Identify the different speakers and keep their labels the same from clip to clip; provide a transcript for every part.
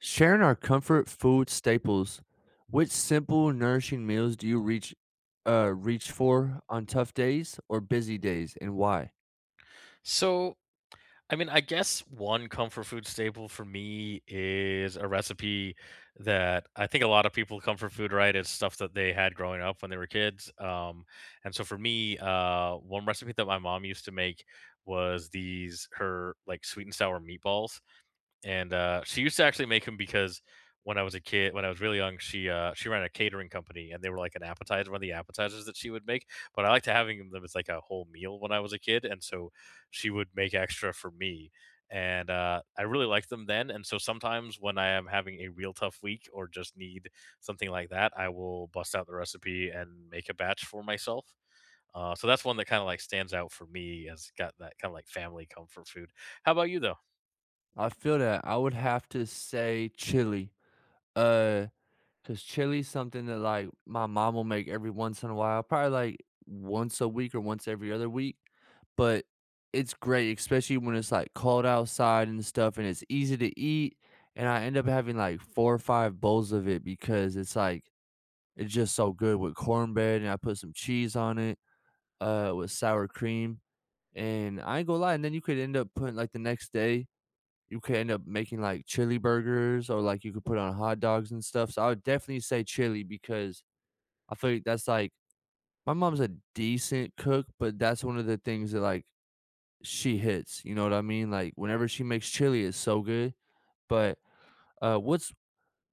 Speaker 1: Sharing our comfort food staples, which simple nourishing meals do you reach for on tough days or busy days, and why?
Speaker 2: So, I mean, I guess one comfort food staple for me is a recipe that I think a lot of people comfort food, right? It's stuff that they had growing up when they were kids. And so for me, one recipe that my mom used to make was these her like sweet and sour meatballs, and she used to actually make them because when I was a kid, when I was really young, she ran a catering company, and they were like an appetizer, one of the appetizers that she would make. But I liked having them as like a whole meal when I was a kid, and so she would make extra for me, and I really liked them then. And so sometimes when I am having a real tough week or just need something like that, I will bust out the recipe and make a batch for myself. So that's one that kind of like stands out for me as got that kind of like family comfort food. How about you though?
Speaker 1: I feel that I would have to say chili. Uh cuz chili's something that, like, my mom will make every once in a while, probably like once a week or once every other week, but it's great especially when it's like cold outside and stuff, and it's easy to eat, and I end up having like 4 or 5 bowls of it because it's like, it's just so good with cornbread, and I put some cheese on it, with sour cream, and I ain't gonna lie, and then you could end up putting, like, the next day, you could end up making, like, chili burgers, or, like, you could put on hot dogs and stuff, so I would definitely say chili because I feel like that's, like, my mom's a decent cook, but that's one of the things that, like, she hits, you know what I mean? Like, whenever she makes chili, it's so good, but, what's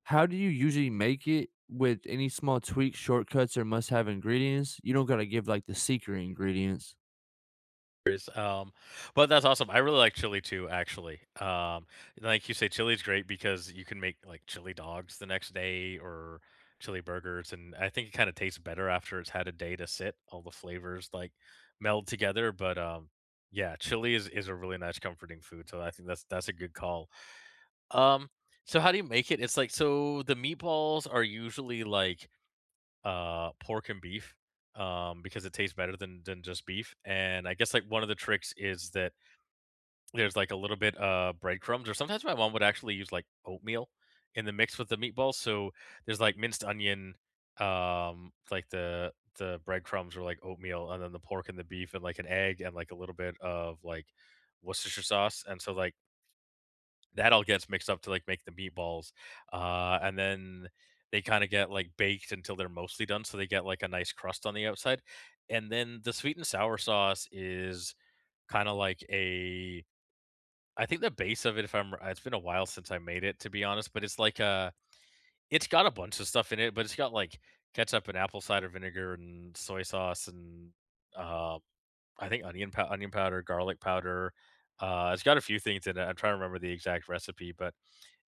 Speaker 1: how do you usually make it with any small tweaks, shortcuts, or must-have ingredients? You don't gotta give, like, the secret ingredients.
Speaker 2: Years, but that's awesome. I really like chili too, actually. Like you say, chili is great because you can make like chili dogs the next day or chili burgers, and I think it kind of tastes better after it's had a day to sit. All the flavors like meld together. But yeah, chili is a really nice comforting food. So I think that's a good call. Um, so how do you make it? It's like so the meatballs are usually like pork and beef, because it tastes better than just beef. And I guess like one of the tricks is that there's like a little bit breadcrumbs, or sometimes my mom would actually use like oatmeal in the mix with the meatballs. So there's like minced onion, like the breadcrumbs or like oatmeal, and then the pork and the beef, and like an egg, and like a little bit of like Worcestershire sauce. And so like that all gets mixed up to like make the meatballs, and then they kind of get like baked until they're mostly done, so they get like a nice crust on the outside, and then the sweet and sour sauce is kind of like a I think the base of it, if I'm, it's been a while since I made it to be honest, but it's like a, it's got a bunch of stuff in it, but it's got like ketchup and apple cider vinegar and soy sauce and uh, I think onion powder, garlic powder. It's got a few things in it. I'm trying to remember the exact recipe, but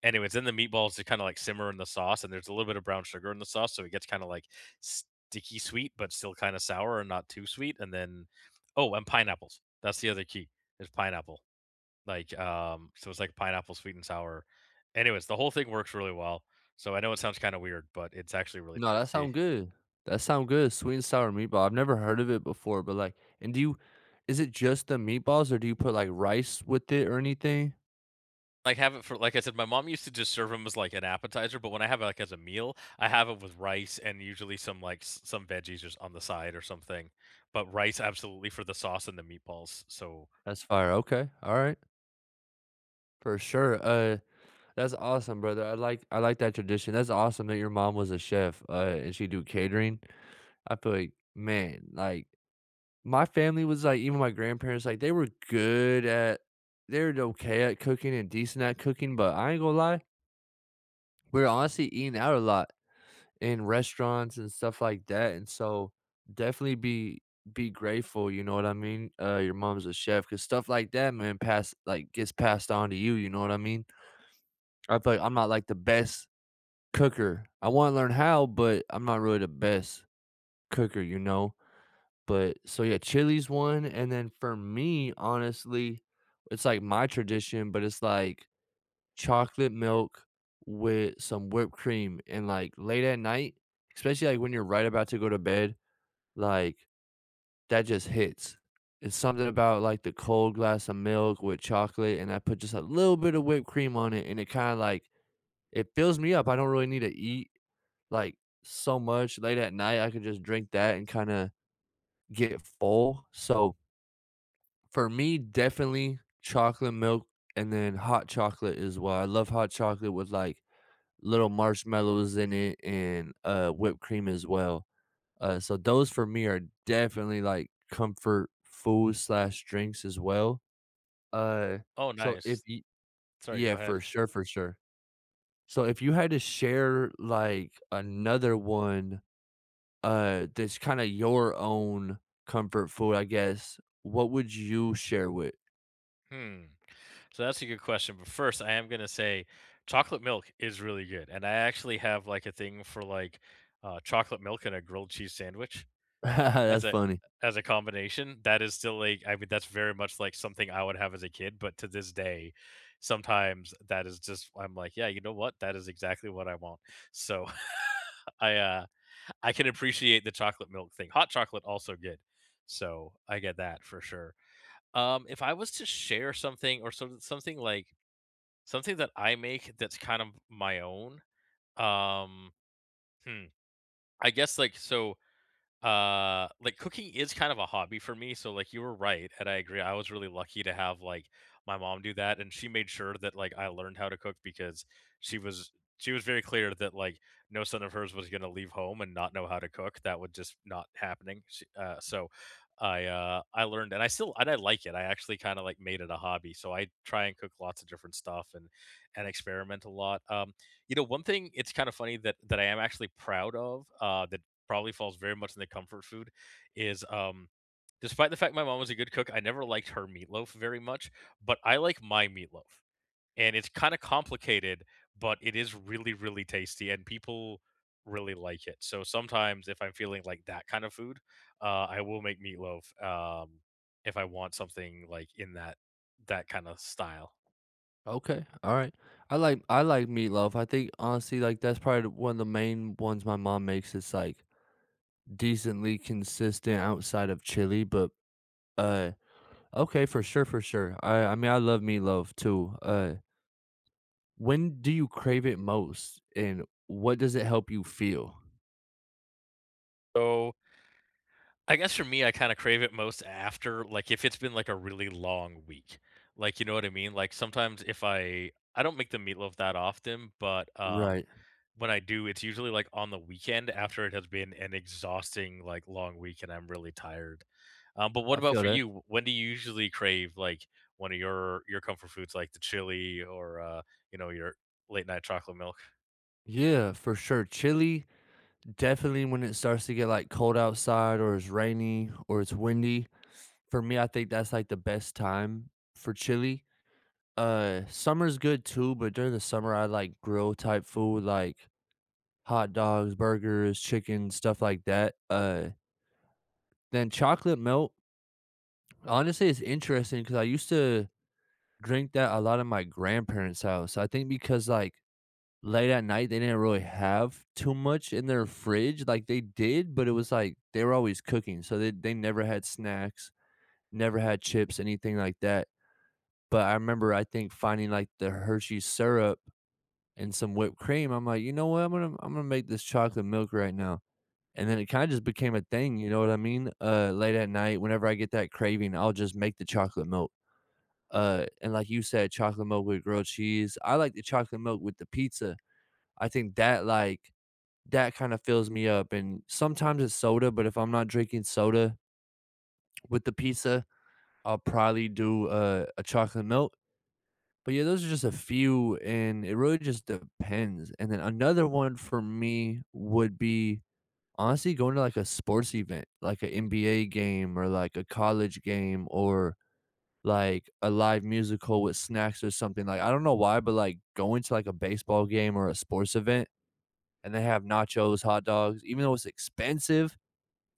Speaker 2: anyways, then the meatballs just kinda, like, simmer in the sauce, and there's a little bit of brown sugar in the sauce, so it gets kinda, like, sticky sweet, but still kinda sour and not too sweet, and then oh, and pineapples. That's the other key, is pineapple. Like, so it's like pineapple sweet and sour. Anyways, the whole thing works really well. So I know it sounds kinda weird, but it's actually really
Speaker 1: No, that
Speaker 2: tasty.
Speaker 1: sound good. That sound good, sweet and sour meatball. I've never heard of it before, but, like and do you is it just the meatballs, or do you put, like, rice with it or anything?
Speaker 2: Like, have it for like I said, my mom used to just serve them as, like, an appetizer, but when I have it, like, as a meal, I have it with rice and usually some, like, s some veggies just on the side or something, but rice absolutely for the sauce and the meatballs, so
Speaker 1: That's fire. Okay, alright, for sure. That's awesome, brother. I like that tradition. That's awesome that your mom was a chef, and she do catering. I feel like, man, like, my family was like, even my grandparents, like, they were okay at cooking and decent at cooking, but I ain't gonna lie, we were honestly eating out a lot in restaurants and stuff like that. And so definitely be grateful, you know what I mean? Your mom's a chef, because stuff like that, man, pass like gets passed on to you, you know what I mean? I feel like I'm not like the best cooker. I wanna learn how, but I'm not really the best cooker, you know? But so, yeah, chili's one, and then for me, honestly, it's, like, my tradition, but it's, like, chocolate milk with some whipped cream and, like, late at night, especially, like, when you're right about to go to bed, like, that just hits. It's something about, like, the cold glass of milk with chocolate, and I put just a little bit of whipped cream on it, and it kinda, like, it fills me up. I don't really need to eat, like, so much late at night, I could just drink that and kinda get full, so, for me, definitely chocolate milk, and then hot chocolate as well. I love hot chocolate with, like, little marshmallows in it and, whipped cream as well, so those for me are definitely, like, comfort food/drinks slash drinks as well, uh,
Speaker 2: oh,
Speaker 1: so if
Speaker 2: nice.
Speaker 1: you
Speaker 2: Sorry, go
Speaker 1: Yeah,
Speaker 2: ahead.
Speaker 1: for sure, for sure. So if you had to share, like, another one, that's kinda your own comfort food, I guess, what would you share with?
Speaker 2: Hmm. So that's a good question, but first, I am gonna say chocolate milk is really good, and I actually have, like, a thing for, like, chocolate milk and a grilled cheese sandwich. As
Speaker 1: That's
Speaker 2: a
Speaker 1: funny.
Speaker 2: as a combination, that is still, like I mean, that's very much, like, something I would have as a kid, but to this day, sometimes that is just I'm like, "Yeah, you know what? That is exactly what I want." So, I I can appreciate the chocolate milk thing. Hot chocolate also good. So, I get that for sure. If I was to share something or some something like something that I make that's kind of my own, um, hmm, I guess, like, so like cooking is kind of a hobby for me, so like you were right, and I agree. I was really lucky to have like my mom do that, and she made sure that like I learned how to cook because she was she was very clear that like no son of hers was going to leave home and not know how to cook. That would just not happening. She, I learned, and I still and I like it. I actually kind of like made it a hobby, so I try and cook lots of different stuff and experiment a lot. You know, one thing it's kind of funny that I am actually proud of that probably falls very much in the comfort food is despite the fact my mom was a good cook, I never liked her meatloaf very much, but I like my meatloaf. And it's kind of complicated, but it is really, really tasty, and people really like it. So sometimes, if I'm feeling like that kind of food, I will make meatloaf if I want something like in that that kind of style.
Speaker 1: Okay, alright. I like meatloaf. I think, honestly, like, that's probably the one of the main ones my mom makes. It's like decently consistent outside of chili, but, uh, okay, for sure, for sure. I mean, I love meatloaf too. When do you crave it most, and what does it help you feel?
Speaker 2: So I guess for me, I kind of crave it most after, like, if it's been like a really long week. Like, you know what I mean? Like, sometimes if I, I don't make the meatloaf that often, but
Speaker 1: Right.
Speaker 2: when I do, it's usually like on the weekend after it has been an exhausting, like, long week and I'm really tired. But what
Speaker 1: I
Speaker 2: about
Speaker 1: feel
Speaker 2: for
Speaker 1: that.
Speaker 2: you? When do you usually crave like one of your comfort foods, like the chili or you know, your late night chocolate milk?
Speaker 1: Yeah, for sure. Chili, definitely when it starts to get, like, cold outside, or it's rainy or it's windy, for me, I think that's, like, the best time for chili. Summer's good too, but during the summer, I like grill type food, like hot dogs, burgers, chicken, stuff like that. Then chocolate milk, honestly, it's interesting because I used to drink that a lot at my grandparents' house. I think because, like, late at night, they didn't really have too much in their fridge. Like they did, but it was like they were always cooking. So they never had snacks, never had chips, anything like that. But I remember I think finding like the Hershey syrup and some whipped cream. I'm like, you know what? I'm gonna make this chocolate milk right now. And then it kind of just became a thing, you know what I mean? Late at night, whenever I get that craving, I'll just make the chocolate milk. And like you said, chocolate milk with grilled cheese. I like the chocolate milk with the pizza. I think that like that kinda fills me up, and sometimes it's soda, but if I'm not drinking soda with the pizza, I'll probably do a chocolate milk, but yeah, those are just a few, and it really just depends, and then another one for me would be honestly going to, like, a sports event, like an NBA game, or, like, a college game, or, like, a live musical with snacks or something, like, I don't know why, but, like, going to, like, a baseball game or a sports event, and they have nachos, hot dogs, even though it's expensive,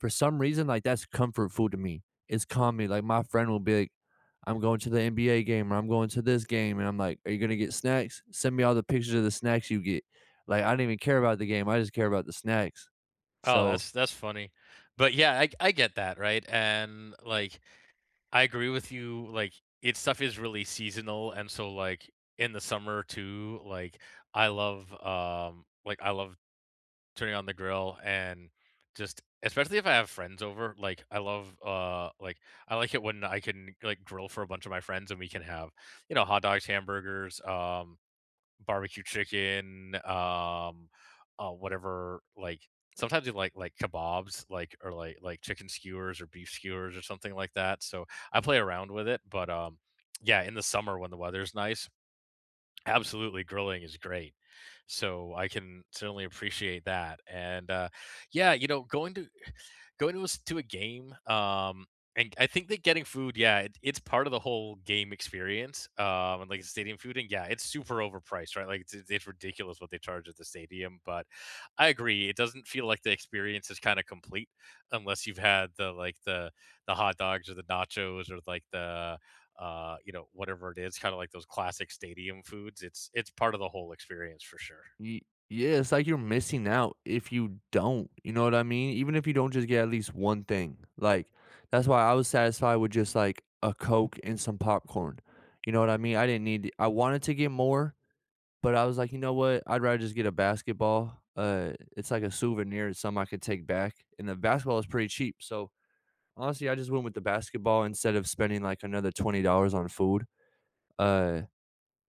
Speaker 1: for some reason, like, that's comfort food to me. It's comedy. Like, my friend will be like, I'm going to the NBA game, or I'm going to this game. And I'm like, are you gonna get snacks? Send me all the pictures of the snacks you get. Like, I don't even care about the game. I just care about the snacks.
Speaker 2: Oh,
Speaker 1: So
Speaker 2: that's funny. But yeah, I get that, right? And like I agree with you, like it stuff is really seasonal and so like in the summer too, like I love turning on the grill and just especially if I have friends over, like I love like I like it when I can like grill for a bunch of my friends and we can have, you know, hot dogs, hamburgers, barbecue chicken, whatever, like sometimes you like kebabs, like or like like chicken skewers or beef skewers or something like that. So I play around with it, but yeah, in the summer when the weather's nice, absolutely, grilling is great. So I can certainly appreciate that. And yeah, you know, going to a, to a game, and I think that getting food, yeah, it, it's part of the whole game experience. And like stadium food, and yeah, it's super overpriced, right? Like it's ridiculous what they charge at the stadium. But I agree, it doesn't feel like the experience is kind of complete unless you've had the like the hot dogs or the nachos or like the you know, whatever it is, kind of like those classic stadium foods. It's part of the whole experience for sure.
Speaker 1: y- yeah, it's like you're missing out if you don't. You know what I mean? Even if you don't just get at least one thing. Like, that's why I was satisfied with just like a Coke and some popcorn. You know what I mean? I didn't need I wanted to get more, but I was like, "You know what? I'd rather just get a basketball." It's like a souvenir, it's something I could take back, and the basketball is pretty cheap, so, honestly, I just went with the basketball instead of spending, like, another $20 on food, uh,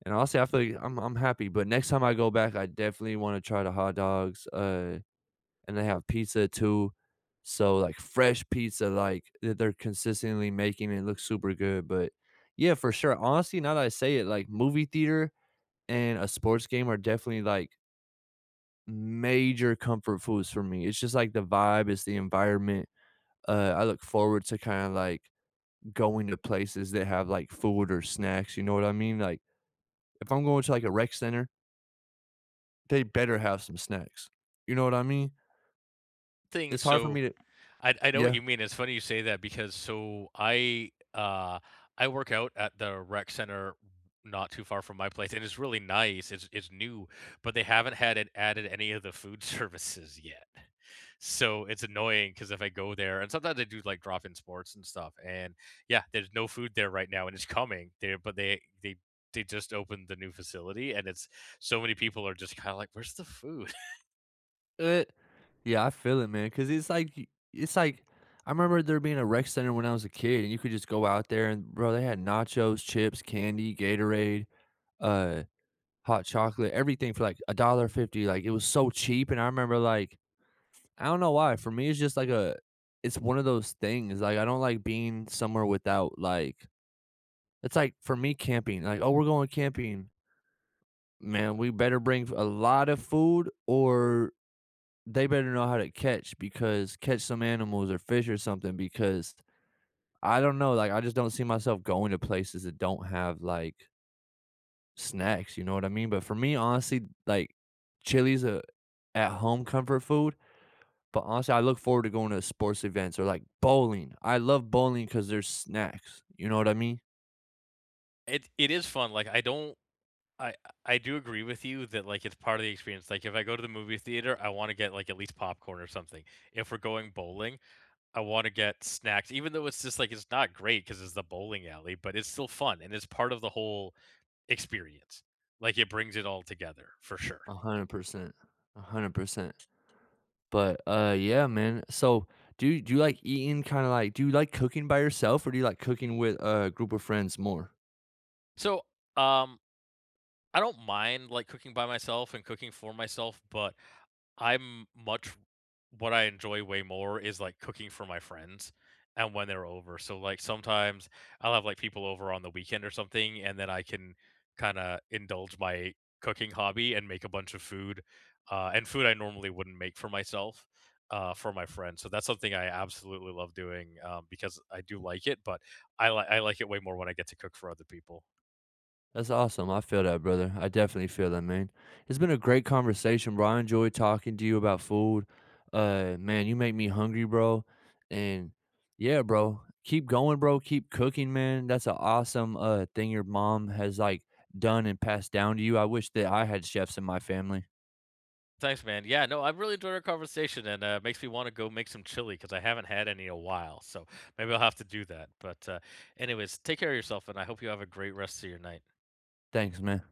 Speaker 1: and honestly, I feel like I'm happy, but next time I go back, I definitely wanna try the hot dogs, and they have pizza too, so, like, fresh pizza, like, that they're consistently making, it look super good, but yeah, for sure, honestly, now that I say it, like, movie theater and a sports game are definitely, like, major comfort foods for me. It's just like the vibe, it's the environment. I look forward to kinda like going to places that have like food or snacks, you know what I mean? Like, if I'm going to like a rec center, they better have some snacks. You know what I mean?
Speaker 2: Thing
Speaker 1: It's hard for
Speaker 2: so
Speaker 1: me to
Speaker 2: I know what
Speaker 1: Yeah.
Speaker 2: you mean. It's funny you say that because so I I work out at the rec center not too far from my place and it's really nice. It's new, but they haven't had it added any of the food services yet. So it's annoying because if I go there and sometimes they do like drop in sports and stuff and yeah, there's no food there right now and it's coming there, but they just opened the new facility and it's so many people are just kind of like, where's the food?
Speaker 1: Uh, yeah, I feel it, man. Cause it's like y it's like I remember there being a rec center when I was a kid, and you could just go out there and, bro, they had nachos, chips, candy, Gatorade, uh hot chocolate, everything for like a dollar fifty. Like, it was so cheap, and I remember like, I don't know why. For me, it's just like a, it's one of those things. Like, I don't like being somewhere without like, it's like for me camping. Like, oh, we're going camping, man. We better bring a lot of food, or they better know how to catch because catch some animals or fish or something because. I don't know. Like, I just don't see myself going to places that don't have like snacks, you know what I mean? But for me, honestly, like, chili's a at-home comfort food, but honestly, I look forward to going to sports events, or, like, bowling. I love bowling because there's snacks, you know what I mean?
Speaker 2: It is fun. Like I don't I I do agree with you that, like, it's part of the experience, like, if I go to the movie theater, I wanna get, like, at least popcorn or something. If we're going bowling, I wanna get snacks, even though it's just, like, it's not great because it's the bowling alley, but it's still fun, and it's part of the whole experience. Like, it brings it all together for sure.
Speaker 1: 100%, a 100%. But, yeah, man, so do you like eating kinda like do you like cooking by yourself, or do you like cooking with a group of friends more?
Speaker 2: So, um I don't mind, like, cooking by myself and cooking for myself, but I'm much what I enjoy way more is, like, cooking for my friends and when they're over, so, like, sometimes I'll have, like, people over on the weekend or something, and then I can kinda indulge my cooking hobby and make a bunch of food, and food I normally wouldn't make for myself, for my friends, so that's something I absolutely love doing, because I do like it, but I like it way more when I get to cook for other people.
Speaker 1: That's awesome. I feel that, brother. I definitely feel that, man. It's been a great conversation, bro. I enjoyed talking to you about food. Man, you make me hungry, bro. And yeah, bro, keep going, bro. Keep cooking, man. That's an awesome thing your mom has like done and passed down to you. I wish that I had chefs in my family.
Speaker 2: Thanks, man. Yeah, no, I really enjoyed our conversation and makes me want to go make some chili because I haven't had any in a while. So maybe I'll have to do that. But, anyways, take care of yourself and I hope you have a great rest of your night.
Speaker 1: Thanks, man.